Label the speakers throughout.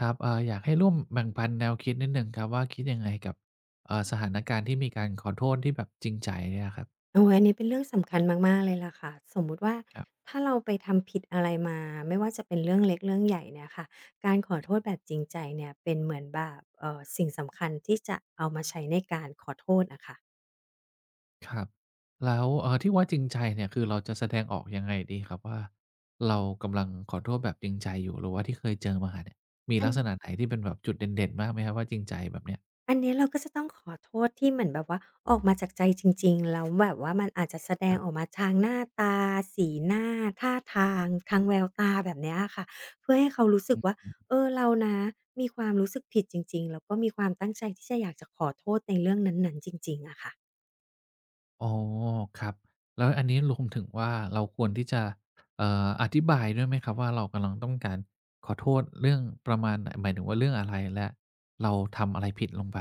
Speaker 1: ครับอยากให้ร่วมแบ่งปันแนวคิดนิดหนึ่งครับว่าคิดยังไงกับสถานการณ์ที่มีการขอโทษที่แบบจริงใจเนี่ยครับ
Speaker 2: โอ้ยอันนี้เป็นเรื่องสำคัญมากๆเลยล่ะค่ะ สมมุติว่า
Speaker 1: ครับ
Speaker 2: ถ้าเราไปทำผิดอะไรมา ไม่ว่าจะเป็นเรื่องเล็กเรื่องใหญ่เนี่ยค่ะ การขอโทษแบบจริงใจเนี่ยเป็นเหมือนแบบสิ่งสำคัญที่จะเอามาใช้ในการขอโทษอะค่ะ
Speaker 1: ครับแล้วที่ว่าจริงใจเนี่ยคือเราจะแสดงออกยังไงดีครับว่าเรากำลังขอโทษแบบจริงใจอยู่หรือว่าที่เคยเจอมาเนี่ยมี
Speaker 2: อัน
Speaker 1: ลักษณะไหนที่เป็นแบบจุดเด่นๆบ้างไหมครับว่าจริงใจแบบเนี้ย
Speaker 2: อันเนี้ยเราก็จะต้องขอโทษที่เหมือนแบบว่าออกมาจากใจจริงๆแล้วแบบว่ามันอาจจะแสด
Speaker 1: ค
Speaker 2: ง
Speaker 1: รั
Speaker 2: ออก
Speaker 1: บ
Speaker 2: มาทางหน้าตาสีหน้าท่าทางทางแววตาแบบเนี้ยอะค่ะเพื่อให้เขารู้สึกว่าเออเรานะมีความรู้สึกผิดจริงๆแล้วก็มีความตั้งใจที่จะอยากจะขอโทษในเรื่องนั้นๆจริงๆอะค่ะ
Speaker 1: อ๋อครับแล้วอันนี้รวมถึงว่าเราควรที่จะอธิบายด้วยไหมครับว่าเรากำลังต้องการขอโทษเรื่องประมาณไหนหมายถึงว่าเรื่องอะไรและเราทำอะไรผิดลงไป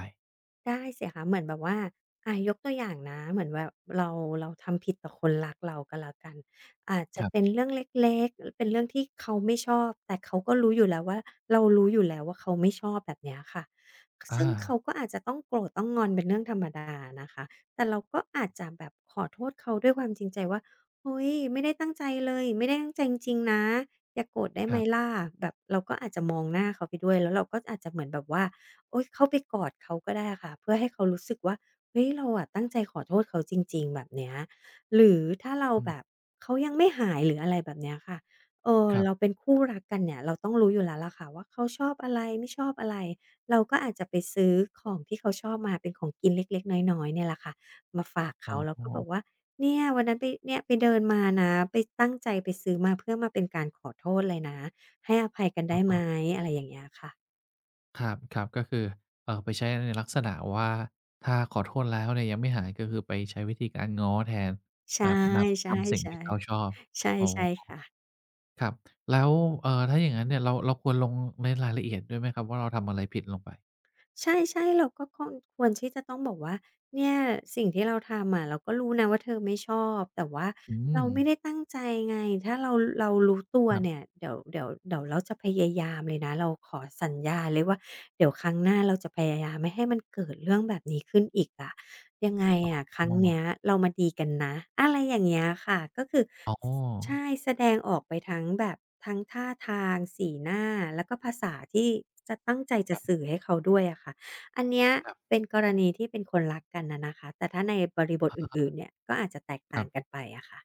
Speaker 2: ได้สิคะเหมือนแบบว่าอ่ายกตัวอย่างนะเหมือนแบบเราเราทำผิดต่อคนรักเราก็แล้วกันอาจจะ
Speaker 1: ครั
Speaker 2: เป็น
Speaker 1: บ
Speaker 2: เรื่องเล็กๆเป็นเรื่องที่เขาไม่ชอบแต่เขาก็รู้อยู่แล้วว่าเรารู้อยู่แล้วว่าเขาไม่ชอบแบบเนี้ยค่ะ
Speaker 1: อา
Speaker 2: ซึ่งเขาก็อาจจะต้องโกรธต้องงอนเป็นเรื่องธรรมดานะคะแต่เราก็อาจจะแบบขอโทษเขาด้วยความจริงใจว่าเฮ้ยไม่ได้ตั้งใจเลยไม่ได้ตั้งใจจริงๆนะอย่าโกรธได้
Speaker 1: ค
Speaker 2: ไหม
Speaker 1: รับ
Speaker 2: ล่ะแบบเราก็อาจจะมองหน้าเขาไปด้วยแล้วเราก็อาจจะเหมือนแบบว่า โอ๊ยเข้าไปกอดเขาก็ได้ค่ะเพื่อให้เขารู้สึกว่าเฮ้ยเราอะตั้งใจขอโทษเขาจริงๆแบบเนี้ยหรือถ้าเรา
Speaker 1: อื
Speaker 2: แบบ
Speaker 1: ม
Speaker 2: เขายังไม่หายหรืออะไรแบบเนี้ยค่ะเออ
Speaker 1: ครั
Speaker 2: เราเป็
Speaker 1: บ
Speaker 2: นคู่รักกันเนี่ยเราต้องรู้อยู่แล้วล่ะค่ะว่าเขาชอบอะไรไม่ชอบอะไรเราก็อาจจะไปซื้อของที่เขาชอบมาเป็นของกินเล็กๆน้อยๆเนี่ยแหละค่ะมาฝาก
Speaker 1: อ๋
Speaker 2: เขา
Speaker 1: อ
Speaker 2: แล้วก็บอกว่าเนี่ยวันนั้นไปเนี่ยไปเดินมานะไปตั้งใจไปซื้อมาเพื่อมาเป็นการขอโทษเลยนะให้อภัยกัน
Speaker 1: อ๋
Speaker 2: ได้ไหม
Speaker 1: อ
Speaker 2: อะไรอย่างเงี้ยค่ะ
Speaker 1: ๆครับๆก็คือไปใช้ในลักษณะว่าถ้าขอโทษแล้วเนี่ยยังไม่หายก็คือไปใช้วิธีการง้อแทน
Speaker 2: ใช่
Speaker 1: แบบนำทำสิ่งที่
Speaker 2: ๆ
Speaker 1: เขาชอบ
Speaker 2: ๆใช่
Speaker 1: อ๋อ
Speaker 2: ใช่ค่ะ
Speaker 1: ครับแล้วถ้าอย่างงั้นเนี่ยเราควรลงในรายละเอียดด้วยไหมครับว่าเราทำอะไรผิดลงไป
Speaker 2: ใช่ๆเราก็ควรที่จะต้องบอกว่าเนี่ยสิ่งที่เราทำอะเราก็รู้นะว่าเธอไม่ชอบแต่ว่า
Speaker 1: อื
Speaker 2: เรา
Speaker 1: ม
Speaker 2: ไม่ได้ตั้งใจไงถ้าเรารู้ตัว
Speaker 1: ครั
Speaker 2: เนี่
Speaker 1: บ
Speaker 2: ยเดี๋ยวเราจะพยายามเลยนะเราขอสัญญาเลยว่าเดี๋ยวครั้งหน้าเราจะพยายามไม่ให้มันเกิดเรื่องแบบนี้ขึ้นอีกอะ ยังไงอะครั้ง
Speaker 1: อ้อ
Speaker 2: เนี้ยเรามาดีกันนะอะไรอย่างเงี้ยค่ะก็คือ
Speaker 1: อ๋อ
Speaker 2: ใช่แสดงออกไปทั้งแบบทั้งท่าทางสีหน้าแล้วก็ภาษาที่จะตั้งใจ
Speaker 1: ค
Speaker 2: จะ
Speaker 1: รั
Speaker 2: สื่อ
Speaker 1: บ
Speaker 2: ให้เขาด้วยอะค่ะอันเนี้ย
Speaker 1: ครับ
Speaker 2: เป็นกรณีที่เป็นคนรักกันน่ะนะคะแต่ถ้าในบริบท
Speaker 1: อะ
Speaker 2: อ
Speaker 1: ฮะ
Speaker 2: ื่นๆเนี่ยก็อาจจะแตก
Speaker 1: ค
Speaker 2: ต่า
Speaker 1: รั
Speaker 2: งกัน
Speaker 1: บ
Speaker 2: ไปอะค่ะ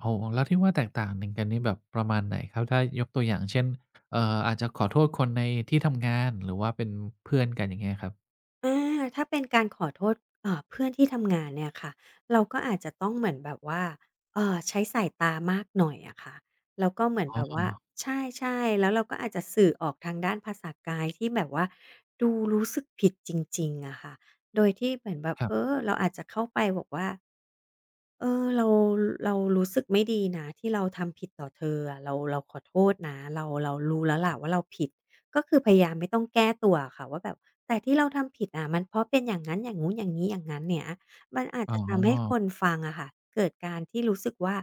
Speaker 1: โอ้โฮแล้วที่ว่าแตกต่างหนึ่งกันนี่แบบประมาณไหนครับถ้ายกตัวอย่างเช่นเอ่ออาจจะขอโทษคนในที่ทำงานหรือว่าเป็นเพื่อนกันอย่างเงี้ยครับ
Speaker 2: อาถ้าเป็นการขอโทษเอ่าเพื่อนที่ทำงานเนี่ยค่ะเราก็อาจจะต้องเหมือนแบบว่าใช้สายตามากหน่อยอะค่ะแล้วก็เหมือน
Speaker 1: อ๋
Speaker 2: แบบ
Speaker 1: อ
Speaker 2: ว่าใช่ๆแล้วเราก็อาจจะสื่อออกทางด้านภาษากายที่แบบว่าดูรู้สึกผิดจริงๆอะค่ะโดยที่เหมือนแบบ
Speaker 1: ครั
Speaker 2: เอ
Speaker 1: บ
Speaker 2: อเราอาจจะเข้าไปบอกว่า เออเราเรารู้สึกไม่ดีนะที่เราทำผิดต่อเธออะเราขอโทษนะเรารู้แล้วล่ะว่าเราผิดก็คือพยายามไม่ต้องแก้ตัวอะค่ะว่าแบบแต่ที่เราทำผิดอะมันเพราะเป็นอย่างงั้นอย่างงู้นอย่างงี้อย่างงั้นเนี้ยมันอาจ
Speaker 1: อ๋
Speaker 2: จะทำให้ค
Speaker 1: อ
Speaker 2: นฟังอะค่ะเกิดการที่รู้สึกว่า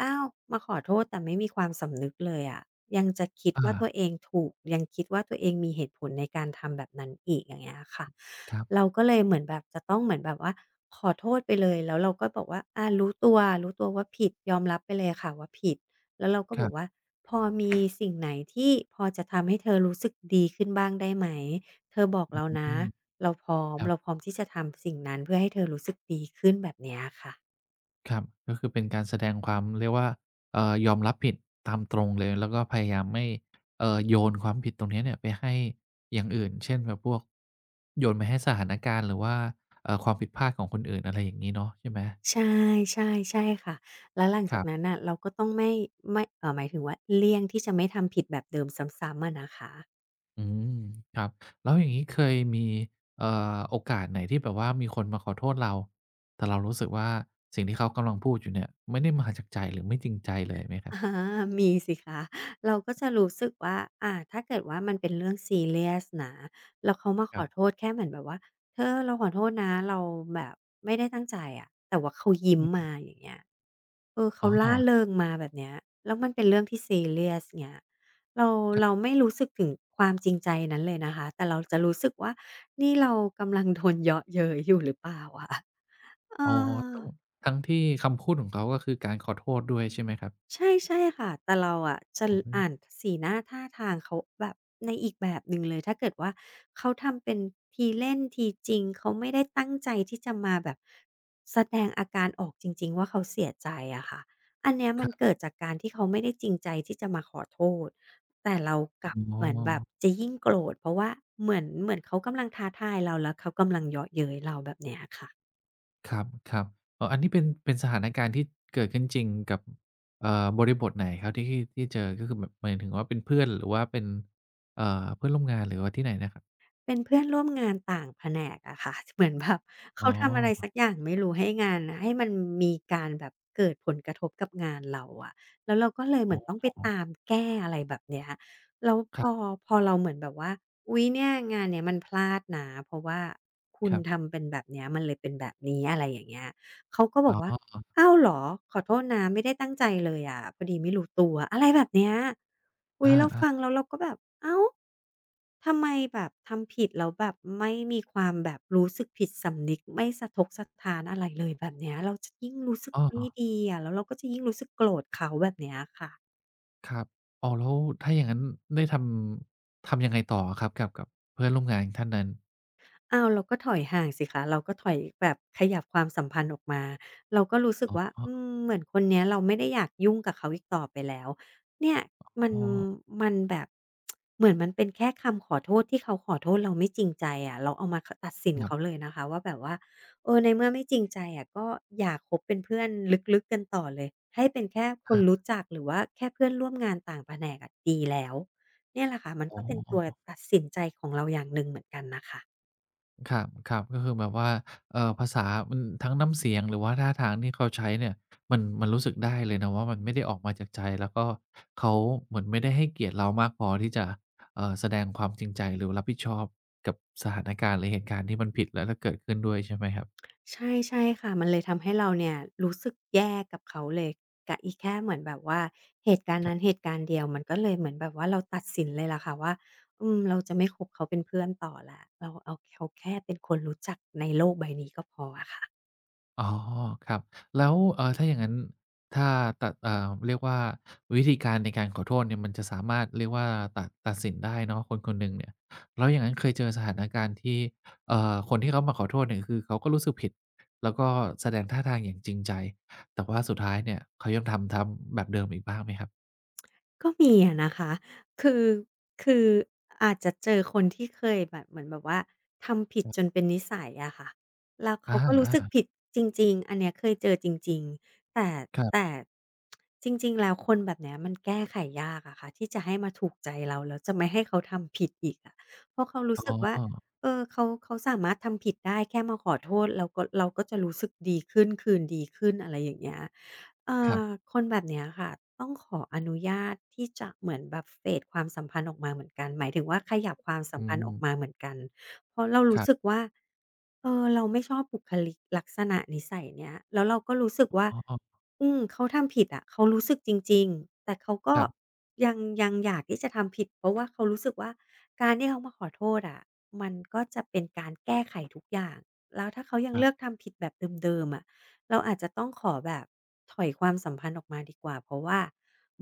Speaker 2: อ้าวมาขอโทษแต่ไม่มีความสำนึกเลยอะยังจะคิด
Speaker 1: อา
Speaker 2: ว่าตัวเองถูกยังคิดว่าตัวเองมีเหตุผลในการทำแบบนั้นอีกอย่างเงี้ยค่ะ
Speaker 1: ครับ
Speaker 2: เราก็เลยเหมือนแบบจะต้องเหมือนแบบว่าขอโทษไปเลยแล้วเราก็บอกว่าอารู้ตัวว่าผิดยอมรับไปเลยค่ะว่าผิดแล้วเราก็
Speaker 1: ค
Speaker 2: บอ
Speaker 1: รั
Speaker 2: กว่า
Speaker 1: บ
Speaker 2: พอมีสิ่งไหนที่พอจะทำให้เธอรู้สึกดีขึ้นบ้างได้ไหมเธอบอก
Speaker 1: อ
Speaker 2: เรานะ
Speaker 1: ืม
Speaker 2: เราพร้อม
Speaker 1: ครั
Speaker 2: เราพร้
Speaker 1: บ
Speaker 2: อมที่จะทำสิ่งนั้นเพื่อให้เธอรู้สึกดีขึ้นแบบเนี้ยค่ะ
Speaker 1: ครับก็คือเป็นการแสดงความเรียกว่ายอมรับผิดตามตรงเลยแล้วก็พยายามไม่โยนความผิดตรงเนี้ยเนี่ยไปให้อย่างอื่นเช่นแบบพวกโยนไปให้สถานการณ์หรือว่าความผิดพลาดของคนอื่นอะไรอย่างงี้เนาะใช่ไหม
Speaker 2: ใช่ใช่ใช่ค่ะแล้วหลัง
Speaker 1: ค
Speaker 2: จาก
Speaker 1: รั
Speaker 2: นั้น
Speaker 1: บ
Speaker 2: น่ะเราก็ต้องไม่ไม่เอ่อหมายถึงว่าเลี่ยงที่จะไม่ทำผิดแบบเดิมซ้ำๆอะนะคะ
Speaker 1: อืมครับแล้วอย่างงี้เคยมีโอกาสไหนที่แบบว่ามีคนมาขอโทษเราแต่เรารู้สึกว่าสิ่งที่เขากำลังพูดอยู่เนี่ยไม่ได้มาจากใจหรือไม่จริงใจเลยไหมค รั
Speaker 2: อ
Speaker 1: บ
Speaker 2: ามีสิคะเราก็จะรู้สึกว่าถ้าเกิดว่ามันเป็นเรื่องซีเรียสนะแล้วเขามาข
Speaker 1: ครั
Speaker 2: อโท
Speaker 1: บ
Speaker 2: ษแค่เหมือนแบบว่าเธอเราขอโทษนะเราแบบไม่ได้ตั้งใจอะแต่ว่าเขายิ้ม
Speaker 1: อืม
Speaker 2: มาอย่างเงี้ยเออเขา
Speaker 1: อ๋อ
Speaker 2: ร่าเริงมาแบบเนี้ยแล้วมันเป็นเรื่องที่ซีเรียสเงี้ยเราเราไม่รู้สึกถึงความจริงใจนั้นเลยนะคะแต่เราจะรู้สึกว่านี่เรากำลังโดนเยาะเย้ยอยู่หรือเปล่าอะ เอ
Speaker 1: อ๋อ
Speaker 2: อ
Speaker 1: ทั้งทั้งที่คำพูดของเขาก็คือการขอโทษด้วยใช่ไหมครับ
Speaker 2: ใช่ใช่ค่ะแต่เราอะจะ
Speaker 1: อืม
Speaker 2: อ่านสีหน้าท่าทางเขาแบบในอีกแบบหนึ่งเลยถ้าเกิดว่าเขาทำเป็นทีเล่นทีจริงเขาไม่ได้ตั้งใจที่จะมาแบบแสดงอาการออกจริงๆว่าเขาเสียใจอะค่ะอันเนี้ย
Speaker 1: ค
Speaker 2: มัน
Speaker 1: รั
Speaker 2: เกิด
Speaker 1: บ
Speaker 2: จากการที่เขาไม่ได้จริงใจที่จะมาขอโทษแต่เรากลับ
Speaker 1: อ๋อ
Speaker 2: เหมือนแบบจะยิ่งโกรธเพราะว่าเหมือนเขากำลังท้าทายเราแล้วเขากำลังเยาะเย้ยเราแบบเนี้ยค่ะ
Speaker 1: ครับๆอ๋ออันนี้เป็นเป็นสถานการณ์ที่เกิดขึ้นจริงกับบริบทไหนครับที่ที่ที่เจอก็คือแบบหมายถึงว่าเป็นเพื่อนหรือว่าเป็นเอ่อเพื่อนร่วมงานหรือว่าที่ไหนนะครับ
Speaker 2: เป็นเพื่อนร่วมงานต่างแผนกอะค่ะ เหมือนแบบ
Speaker 1: อ๋
Speaker 2: เขาทำอะไร
Speaker 1: อ
Speaker 2: สักอย่างไม่รู้ให้งานนะให้มันมีการแบบเกิดผลกระทบกับงานเราอะแล้วเราก็เลยเห
Speaker 1: อ๋
Speaker 2: มือ
Speaker 1: อ
Speaker 2: นต้องไปตามแก้อะไรแบบเนี้ยแล้ว
Speaker 1: ค
Speaker 2: พ
Speaker 1: รั
Speaker 2: อพอเราเหมือนแบบว่าอุ๊ยเนี่ยงานเนี้ยมันพลาดนะเพราะว่าคุณ
Speaker 1: บ
Speaker 2: ทำเป็นแบบเนี้ยมันเลยเป็นแบบนี้อะไรอย่างเงี้ย เขาก็บ
Speaker 1: ๆอ๋
Speaker 2: อกว่า
Speaker 1: อ
Speaker 2: อ้าวเหรอ ขอโทษนะ ไม่ได้ตั้งใจเลยอะพอดีไม่รู้ตัว อะไรแบบเนี้ย
Speaker 1: อ
Speaker 2: อุ๊ยเราฟัง
Speaker 1: า
Speaker 2: แล้วเราก็แบบอ้าวทำไมแบบทำผิดแล้วแบบไม่มีความแบบรู้สึกผิดสำนึกไม่สะทกสะท้านอะไรเลยแบบเนี้ยเราจะยิ่งรู้สึก
Speaker 1: ๆอ้อ
Speaker 2: ไม่ดีอะแล้วเราก็จะยิ่งรู้สึกโกรธเขาแบบเนี้ยค่ะ
Speaker 1: ครับอ้าวแล้วถ้าอย่างงั้นได้ททำยังไงต่ออะครับกับกับเพื่อนร่วมงานท่านนั้น
Speaker 2: อ้าวเราก็ถอยห่างสิคะเราก็ถอยแบบขยับความสัมพันธ์ออกมาเราก็รู้สึก
Speaker 1: อ๋
Speaker 2: ว่า
Speaker 1: อ
Speaker 2: อืมเหมือนคนเนี้ยเราไม่ได้อยากยุ่งกับเขาอีกต่อไปแล้วเนี่ยมัน
Speaker 1: อ๋อ
Speaker 2: มันแบบเหมือนมันเป็นแค่คำขอโทษที่เขาขอโทษเราไม่จริงใจอะเราเอามาขตัดสิน
Speaker 1: ครั
Speaker 2: เขา
Speaker 1: บ
Speaker 2: เลยนะคะว่าแบบว่าเออในเมื่อไม่จริงใจอะก็อย่าคบเป็นเพื่อนลึกๆกันต่อเลยให้เป็นแค่คน
Speaker 1: อา
Speaker 2: รู้จักหรือว่าแค่เพื่อนร่วมงานต่างแผนกอะดีแล้วเนี่ยแหละค่ะมัน
Speaker 1: อ๋
Speaker 2: ก็
Speaker 1: อ
Speaker 2: เป็นตัวตัดสินใจของเราอย่างหนึ่งเหมือนกันน่ะค่ะ
Speaker 1: ครับครับก็คือแบบว่าภาษามันทั้งน้ำเสียงหรือว่าท่าทางที่เขาใช้เนี่ยมันรู้สึกได้เลยนะว่ามันไม่ได้ออกมาจากใจแล้วก็เขาเหมือนไม่ได้ให้เกียรติเรามากพอที่จะแสดงความจริงใจหรือรับผิดชอบกับสถานการณ์หรือเหตุการณ์ที่มันผิดแล้วเกิดขึ้นด้วยใช่ไหมครับ
Speaker 2: ใช่ใช่ค่ะมันเลยทำให้เราเนี่ยรู้สึกแย่กับเขาเลยกะอีแค่เหมือนแบบว่าเหตุการณ์นั้นเหตุการณ์เดียวมันก็เลยเหมือนแบบว่าเราตัดสินเลยแหละค่ะว่าอืมเราจะไม่คบเขาเป็นเพื่อนต่อแล้วเราเอาเขาแค่เป็นคนรู้จักในโลกใบนี้ก็พออะค่ะ
Speaker 1: อ๋อครับแล้วถ้าอย่างงั้น ถ้าตัดเรียกว่าวิธีการในการขอโทษเนี่ยมันจะสามารถเรียกว่าตัดสินได้เนาะคนคนหนึ่งเนี่ย แล้วอย่างงั้นเคยเจอสถานการณ์ที่คนที่เขามาขอโทษเนี่ยคือเขาก็รู้สึกผิดแล้วก็แสดงท่าทางอย่างจริงใจแต่ว่าสุดท้ายเนี่ย เขายังทำแบบเดิมอีกบ้างไหมครับ
Speaker 2: ก็มีอะนะคะคือคืออาจจะเจอคนที่เคยแบบเหมือนแบบว่าทำผิดจนเป็นนิสัยอะค่ะ แล้วเขาก็รู้
Speaker 1: อา
Speaker 2: สึก
Speaker 1: ๆ
Speaker 2: ผิดจริงๆ อันเนี้ยเคยเจอจริงๆแต่
Speaker 1: ครั
Speaker 2: แต่
Speaker 1: บ
Speaker 2: จริงๆแล้วคนแบบเนี้ยมันแก้ไขยากอะค่ะที่จะให้มาถูกใจเรา แล้วจะไม่ให้เขาทำผิดอีกอะเพราะเขารู้สึ
Speaker 1: อ๋
Speaker 2: กว่า
Speaker 1: อ
Speaker 2: เออเขาสามารถทำผิดได้แค่มาขอโทษ เราก็จะรู้สึกดีขึ้นคืนดีขึ้นอะไรอย่างเงี้ย อ่
Speaker 1: ครั
Speaker 2: า
Speaker 1: บ
Speaker 2: คนแบบเนี้ยค่ะต้องขออนุญาตที่จะเหมือนแบบเ a d e ความสัมพันธ์ออกมาเหมือนกันหมายถึงว่าขยับความสั
Speaker 1: อื
Speaker 2: มพันธ์ออกมา
Speaker 1: ม
Speaker 2: เหมือนกันเพราะเรา
Speaker 1: ค
Speaker 2: รู้
Speaker 1: รั
Speaker 2: สึก
Speaker 1: บ
Speaker 2: ว่าเออเราไม่ชอบบุคลิกลักษณะนิสัยเนี้ยแล้วเราก็รู้สึกว่า
Speaker 1: อ๋อ
Speaker 2: อืมเขาทำผิดอะเขารู้สึกจริงๆแต่เขาก็
Speaker 1: คร
Speaker 2: ยังยังอยากที่จะทำผิดเพราะว่าเขารู้สึกว่าการที่เขามาขอโทษอะมันก็จะเป็นการแก้ไขทุกอย่างแล้วถ้าเขายัง
Speaker 1: ั
Speaker 2: เลื
Speaker 1: บ
Speaker 2: อก
Speaker 1: ๆ
Speaker 2: ทำผิดแบบเดิมๆอะ เราอาจจะต้องขอแบบถอยความสัมพันธ์ออกมาดีกว่าเพราะว่า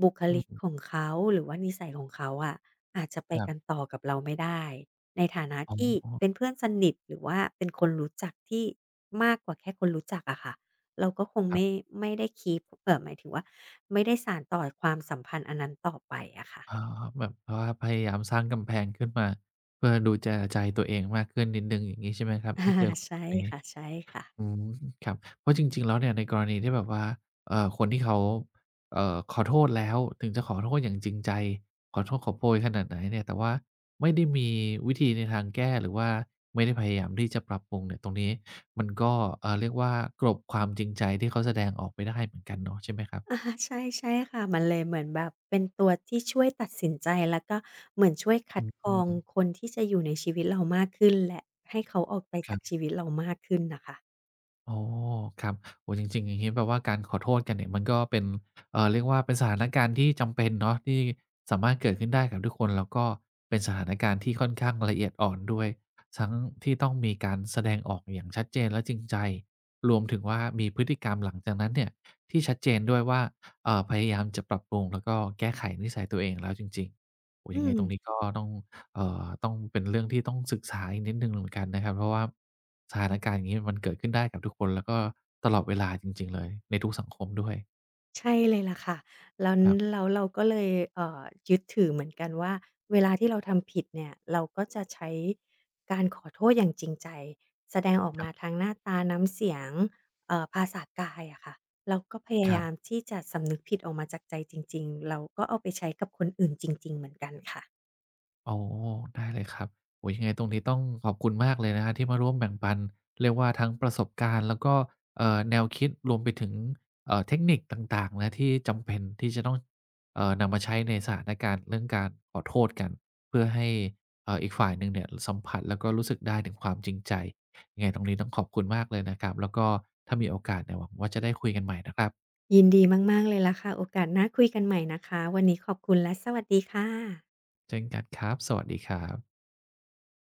Speaker 2: บุค
Speaker 1: อื
Speaker 2: ลิก
Speaker 1: ม
Speaker 2: ของเขาหรือว่านิสัยของเขาอะอาจจะไป
Speaker 1: ครั
Speaker 2: กัน
Speaker 1: บ
Speaker 2: ต่อกับเราไม่ได้ในฐานะ
Speaker 1: อ๋
Speaker 2: ที่เป็น
Speaker 1: อ
Speaker 2: เพื่อนสนิทหรือว่าเป็นคนรู้จักที่มากกว่าแค่คนรู้จักอะค่ะเราก็คง
Speaker 1: ครั
Speaker 2: ไม่
Speaker 1: บ
Speaker 2: ไม่ได้ keep หมายถึงว่าไม่ได้สานต่อความสัมพันธ์อันนั้นต่อไปอะค่ะ
Speaker 1: อ๋อแบบว่าพยายามสร้างกำแพงขึ้นมาเพื่อดูแลใจตัวเองมากขึ้นนิดหนึ่งอย่างงี้ใช่ไหมครับถ้าเจ อ
Speaker 2: อา
Speaker 1: คน
Speaker 2: ใช่
Speaker 1: แบบนี้
Speaker 2: ค่ะๆ
Speaker 1: อืมครับเพราะจริงๆแล้วเนี่ยในกรณีที่แบบว่าคนที่เขาขอโทษแล้วถึงจะขอโทษอย่างจริงใจขอโทษขอโพยขนาดไหนเนี่ยแต่ว่าไม่ได้มีวิธีในทางแก้หรือว่าไม่ได้พยายามที่จะปรับปรุงเนี่ยตรงนี้มันก็เรียกว่ากลบความจริงใจที่เขาแสดงออกไปได้เหมือนกันเนาะใช่ไหมครับ
Speaker 2: อาใช่ใช่ค่ะมันเลยเหมือนแบบเป็นตัวที่ช่วยตัดสินใจแล้วก็เหมือนช่วยคั
Speaker 1: อื
Speaker 2: ดกรองค
Speaker 1: ม
Speaker 2: นที่จะอยู่ในชีวิตเรามากขึ้นและให้เขาออกไป
Speaker 1: ค
Speaker 2: จา
Speaker 1: รั
Speaker 2: กชี
Speaker 1: บ
Speaker 2: วิตเรามากขึ้นน่ะค่ะ
Speaker 1: อ๋อครับโอ้จริงๆอย่างงี้แปลว่าการขอโทษกันเนี่ยมันก็เป็นเรียกว่าเป็นสถานการณ์ที่จำเป็นเนาะที่สามารถเกิดขึ้นได้กับทุกคนแล้วก็เป็นสถานการณ์ที่ค่อนข้างละเอียดอ่อนด้วยทั้งที่ต้องมีการแสดงออกอย่างชัดเจนและจริงใจรวมถึงว่ามีพฤติกรรมหลังจากนั้นเนี่ยที่ชัดเจนด้วยว่าพยายามจะปรับปรุงแล้วก็แก้ไขนิสัยตัวเองแล้วจริงๆโอ้
Speaker 2: อื
Speaker 1: ยังไงตรงนี้
Speaker 2: ม
Speaker 1: ก็ต้อง ต้องเป็นเรื่องที่ต้องศึกษาอีกนิดหนึ่งเหมือนกันนะครับเพราะว่าสถานการณ์อย่างงี้มันเกิดขึ้นได้กับทุกคนแล้วก็ตลอดเวลาจริงๆเลยในทุกสังคมด้วย
Speaker 2: ใช่เลยล่ะค่ะแล้ว
Speaker 1: ครับ
Speaker 2: แล้วเราก็เลยเอ่อยึดถือเหมือนกันว่าเวลาที่เราทำผิดเนี่ยเราก็จะใช้การขอโทษอย่างจริงใจแสดงออก
Speaker 1: ครั
Speaker 2: มา
Speaker 1: บ
Speaker 2: ทางหน้าตาน้ำเสียงภาษากายอะค่ะเราก็พยา
Speaker 1: ครั
Speaker 2: ยาม
Speaker 1: บ
Speaker 2: ที่จะสำนึกผิดออกมาจากใจจริงๆเราก็เอาไปใช้กับคนอื่นจริงๆเหมือนกันค่ะ
Speaker 1: อ๋อได้เลยครับโอ้โฮยังไงตรงนี้ต้องขอบคุณมากเลยนะครับที่มาร่วมแบ่งปันเรียกว่าทั้งประสบการณ์แล้วก็แนวคิดรวมไปถึงเทคนิคต่างๆนะที่จำเป็นที่จะต้องนำมาใช้ในสถานการณ์เรื่องการขอโทษกันเพื่อให้อีกฝ่ายหนึ่งเนี่ยสัมผัสแล้วก็รู้สึกได้ถึงความจริงใจยังไงตรงนี้ต้องขอบคุณมากเลยนะครับแล้วก็ถ้ามีโอกาสเนี่ยหวังว่าจะได้คุยกันใหม่นะครับ
Speaker 2: ยินดีมากๆเลยล่ะค่ะโอกาสหน้าคุยกันใหม่นะคะวันนี้ขอบคุณและสวัสดีค่ะ
Speaker 1: เช่นกันครับสวัสดีครับ